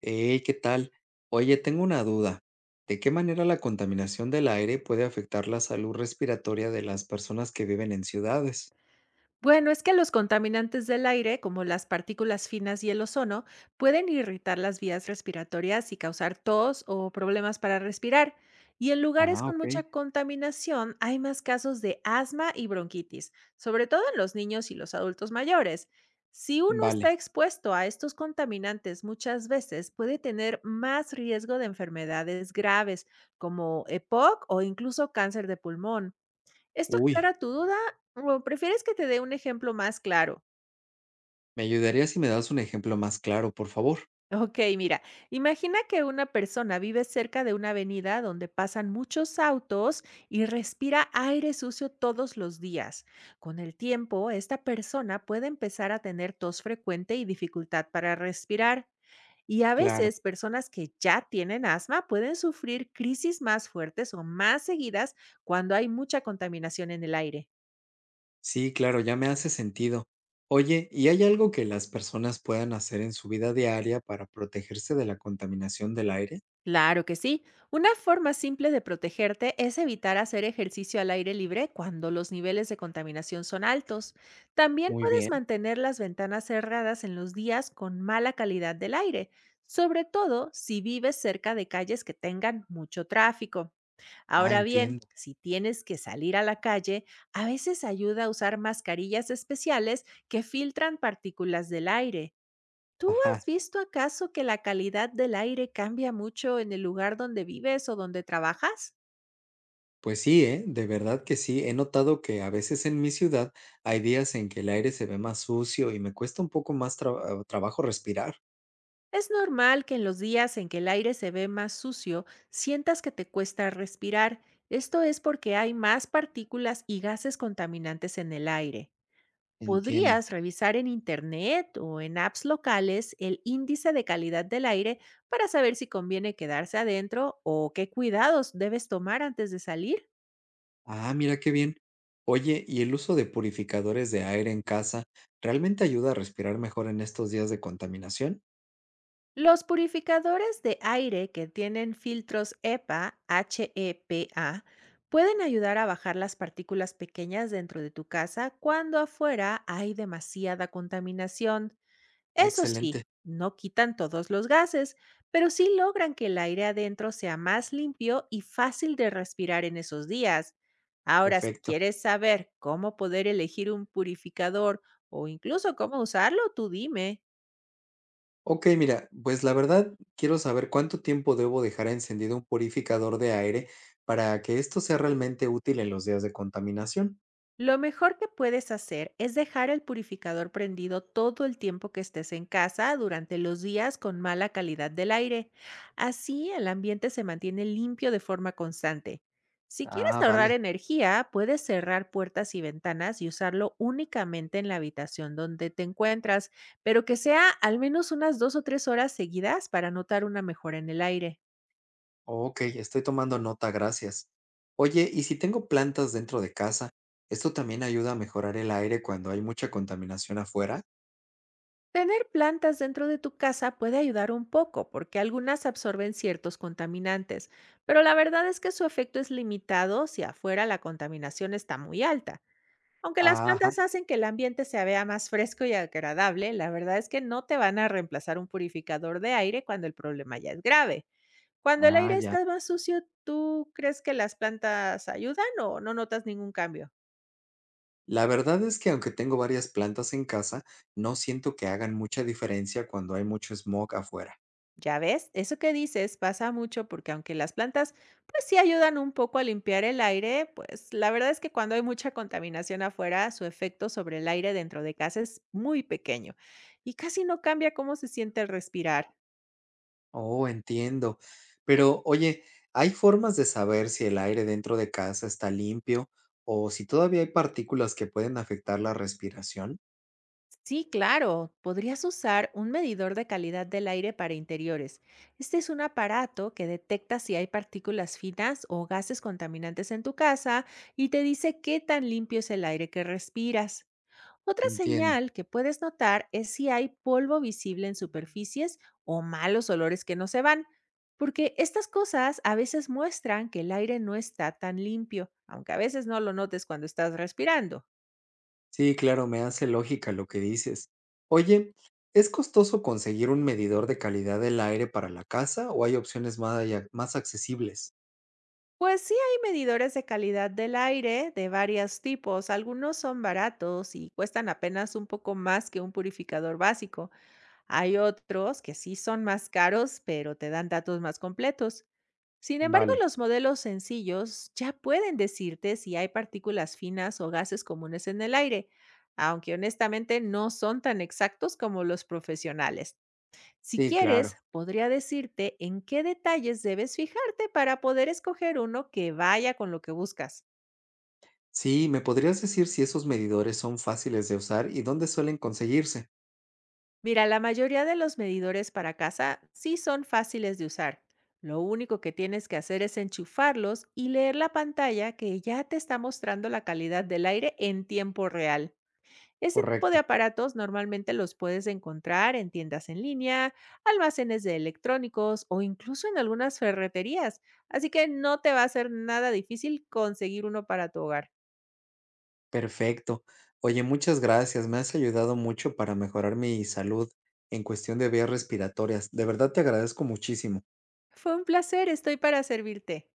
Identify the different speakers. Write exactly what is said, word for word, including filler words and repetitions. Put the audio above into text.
Speaker 1: Hey, ¿qué tal? Oye, tengo una duda. ¿De qué manera la contaminación del aire puede afectar la salud respiratoria de las personas que viven en ciudades?
Speaker 2: Bueno, es que los contaminantes del aire, como las partículas finas y el ozono, pueden irritar las vías respiratorias y causar tos o problemas para respirar. Y en lugares
Speaker 1: Ah,
Speaker 2: con mucha
Speaker 1: ok.
Speaker 2: contaminación hay más casos de asma y bronquitis, sobre todo en los niños y los adultos mayores. Si uno
Speaker 1: Vale.
Speaker 2: está expuesto a estos contaminantes muchas veces, puede tener más riesgo de enfermedades graves como EPOC o C o incluso cáncer de pulmón. ¿Esto
Speaker 1: Uy,
Speaker 2: aclara tu duda o prefieres que te dé un ejemplo más claro?
Speaker 1: me ayudaría si me das un ejemplo más claro, por favor.
Speaker 2: Ok, mira, imagina que una persona vive cerca de una avenida donde pasan muchos autos y respira aire sucio todos los días. Con el tiempo, esta persona puede empezar a tener tos frecuente y dificultad para respirar. Y a
Speaker 1: Claro.
Speaker 2: veces personas que ya tienen asma pueden sufrir crisis más fuertes o más seguidas cuando hay mucha contaminación en el aire.
Speaker 1: Sí, claro, ya me hace sentido. Oye, ¿y hay algo que las personas puedan hacer en su vida diaria para protegerse de la contaminación del aire?
Speaker 2: Claro que sí. Una forma simple de protegerte es evitar hacer ejercicio al aire libre cuando los niveles de contaminación son altos. También
Speaker 1: Muy
Speaker 2: puedes
Speaker 1: bien.
Speaker 2: mantener las ventanas cerradas en los días con mala calidad del aire, sobre todo si vives cerca de calles que tengan mucho tráfico.
Speaker 1: Ah,
Speaker 2: Ahora bien,
Speaker 1: entiendo.
Speaker 2: si tienes que salir a la calle, a veces ayuda a usar mascarillas especiales que filtran partículas del aire. ¿Tú has
Speaker 1: Ajá.
Speaker 2: visto acaso que la calidad del aire cambia mucho en el lugar donde vives o donde trabajas?
Speaker 1: Pues sí, ¿eh? De verdad que sí. He notado que a veces en mi ciudad hay días en que el aire se ve más sucio y me cuesta un poco más tra- trabajo respirar.
Speaker 2: Es normal que en los días en que el aire se ve más sucio, sientas que te cuesta respirar. Esto es porque hay más partículas y gases contaminantes en el aire.
Speaker 1: Entiendo.
Speaker 2: Podrías revisar en internet o en apps locales el índice de calidad del aire para saber si conviene quedarse adentro o qué cuidados debes tomar antes de salir.
Speaker 1: Ah, mira qué bien. Oye, ¿y el uso de purificadores de aire en casa realmente ayuda a respirar mejor en estos días de contaminación?
Speaker 2: Los purificadores de aire que tienen filtros E P A, H E P A, pueden ayudar a bajar las partículas pequeñas dentro de tu casa cuando afuera hay demasiada contaminación.
Speaker 1: Ah,
Speaker 2: Eso sí,
Speaker 1: excelente.
Speaker 2: no quitan todos los gases, pero sí logran que el aire adentro sea más limpio y fácil de respirar en esos días. Ahora, si
Speaker 1: Perfecto.
Speaker 2: quieres saber cómo poder elegir un purificador o incluso cómo usarlo, tú dime.
Speaker 1: Ok, mira, pues la verdad quiero saber cuánto tiempo debo dejar encendido un purificador de aire para que esto sea realmente útil en los días de contaminación.
Speaker 2: Lo mejor que puedes hacer es dejar el purificador prendido todo el tiempo que estés en casa durante los días con mala calidad del aire. Así el ambiente se mantiene limpio de forma constante. Si quieres
Speaker 1: Ah,
Speaker 2: ahorrar
Speaker 1: vale.
Speaker 2: energía, puedes cerrar puertas y ventanas y usarlo únicamente en la habitación donde te encuentras, pero que sea al menos unas dos o tres horas seguidas para notar una mejora en el aire.
Speaker 1: Ok, estoy tomando nota, gracias. Oye, ¿y si tengo plantas dentro de casa? ¿Esto también ayuda a mejorar el aire cuando hay mucha contaminación afuera?
Speaker 2: Tener plantas dentro de tu casa puede ayudar un poco porque algunas absorben ciertos contaminantes, pero la verdad es que su efecto es limitado si afuera la contaminación está muy alta. Aunque las
Speaker 1: Ajá,
Speaker 2: plantas hacen que el ambiente se vea más fresco y agradable, la verdad es que no te van a reemplazar un purificador de aire cuando el problema ya es grave. Cuando el
Speaker 1: ah,
Speaker 2: aire
Speaker 1: ya.
Speaker 2: está más sucio, ¿tú crees que las plantas ayudan o no notas ningún cambio?
Speaker 1: La verdad es que aunque tengo varias plantas en casa, no siento que hagan mucha diferencia cuando hay mucho smog afuera.
Speaker 2: Ya ves, eso que dices pasa mucho porque aunque las plantas pues sí ayudan un poco a limpiar el aire, pues la verdad es que cuando hay mucha contaminación afuera, su efecto sobre el aire dentro de casa es muy pequeño y casi no cambia cómo se siente el respirar.
Speaker 1: Oh, entiendo. Pero, oye, ¿hay formas de saber si el aire dentro de casa está limpio o si todavía hay partículas que pueden afectar la respiración?
Speaker 2: Sí, claro, podrías usar un medidor de calidad del aire para interiores. Este es un aparato que detecta si hay partículas finas o gases contaminantes en tu casa y te dice qué tan limpio es el aire que respiras. Otra
Speaker 1: Entiendo.
Speaker 2: señal que puedes notar es si hay polvo visible en superficies o malos olores que no se van, porque estas cosas a veces muestran que el aire no está tan limpio, aunque a veces no lo notes cuando estás respirando.
Speaker 1: Sí, claro, me hace lógica lo que dices. Oye, ¿es costoso conseguir un medidor de calidad del aire para la casa o hay opciones más, allá- más accesibles?
Speaker 2: Pues sí hay medidores de calidad del aire de varios tipos, algunos son baratos y cuestan apenas un poco más que un purificador básico, hay otros que sí son más caros pero te dan datos más completos. Sin embargo,
Speaker 1: Vale.
Speaker 2: los modelos sencillos ya pueden decirte si hay partículas finas o gases comunes en el aire, aunque honestamente no son tan exactos como los profesionales. Si
Speaker 1: Sí, claro.
Speaker 2: quieres, podría decirte en qué detalles debes fijarte para poder escoger uno que vaya con lo que buscas.
Speaker 1: Sí, ¿me podrías decir si esos medidores son fáciles de usar y dónde suelen conseguirse?
Speaker 2: Mira, la mayoría de los medidores para casa sí son fáciles de usar. Lo único que tienes que hacer es enchufarlos y leer la pantalla que ya te está mostrando la calidad del aire en tiempo real. Ese tipo de
Speaker 1: Correcto.
Speaker 2: aparatos normalmente los puedes encontrar en tiendas en línea, almacenes de electrónicos o incluso en algunas ferreterías, así que no te va a ser nada difícil conseguir uno para tu hogar.
Speaker 1: Perfecto. Oye, muchas gracias. Me has ayudado mucho para mejorar mi salud en cuestión de vías respiratorias. De verdad te agradezco muchísimo.
Speaker 2: Fue un placer, estoy para servirte.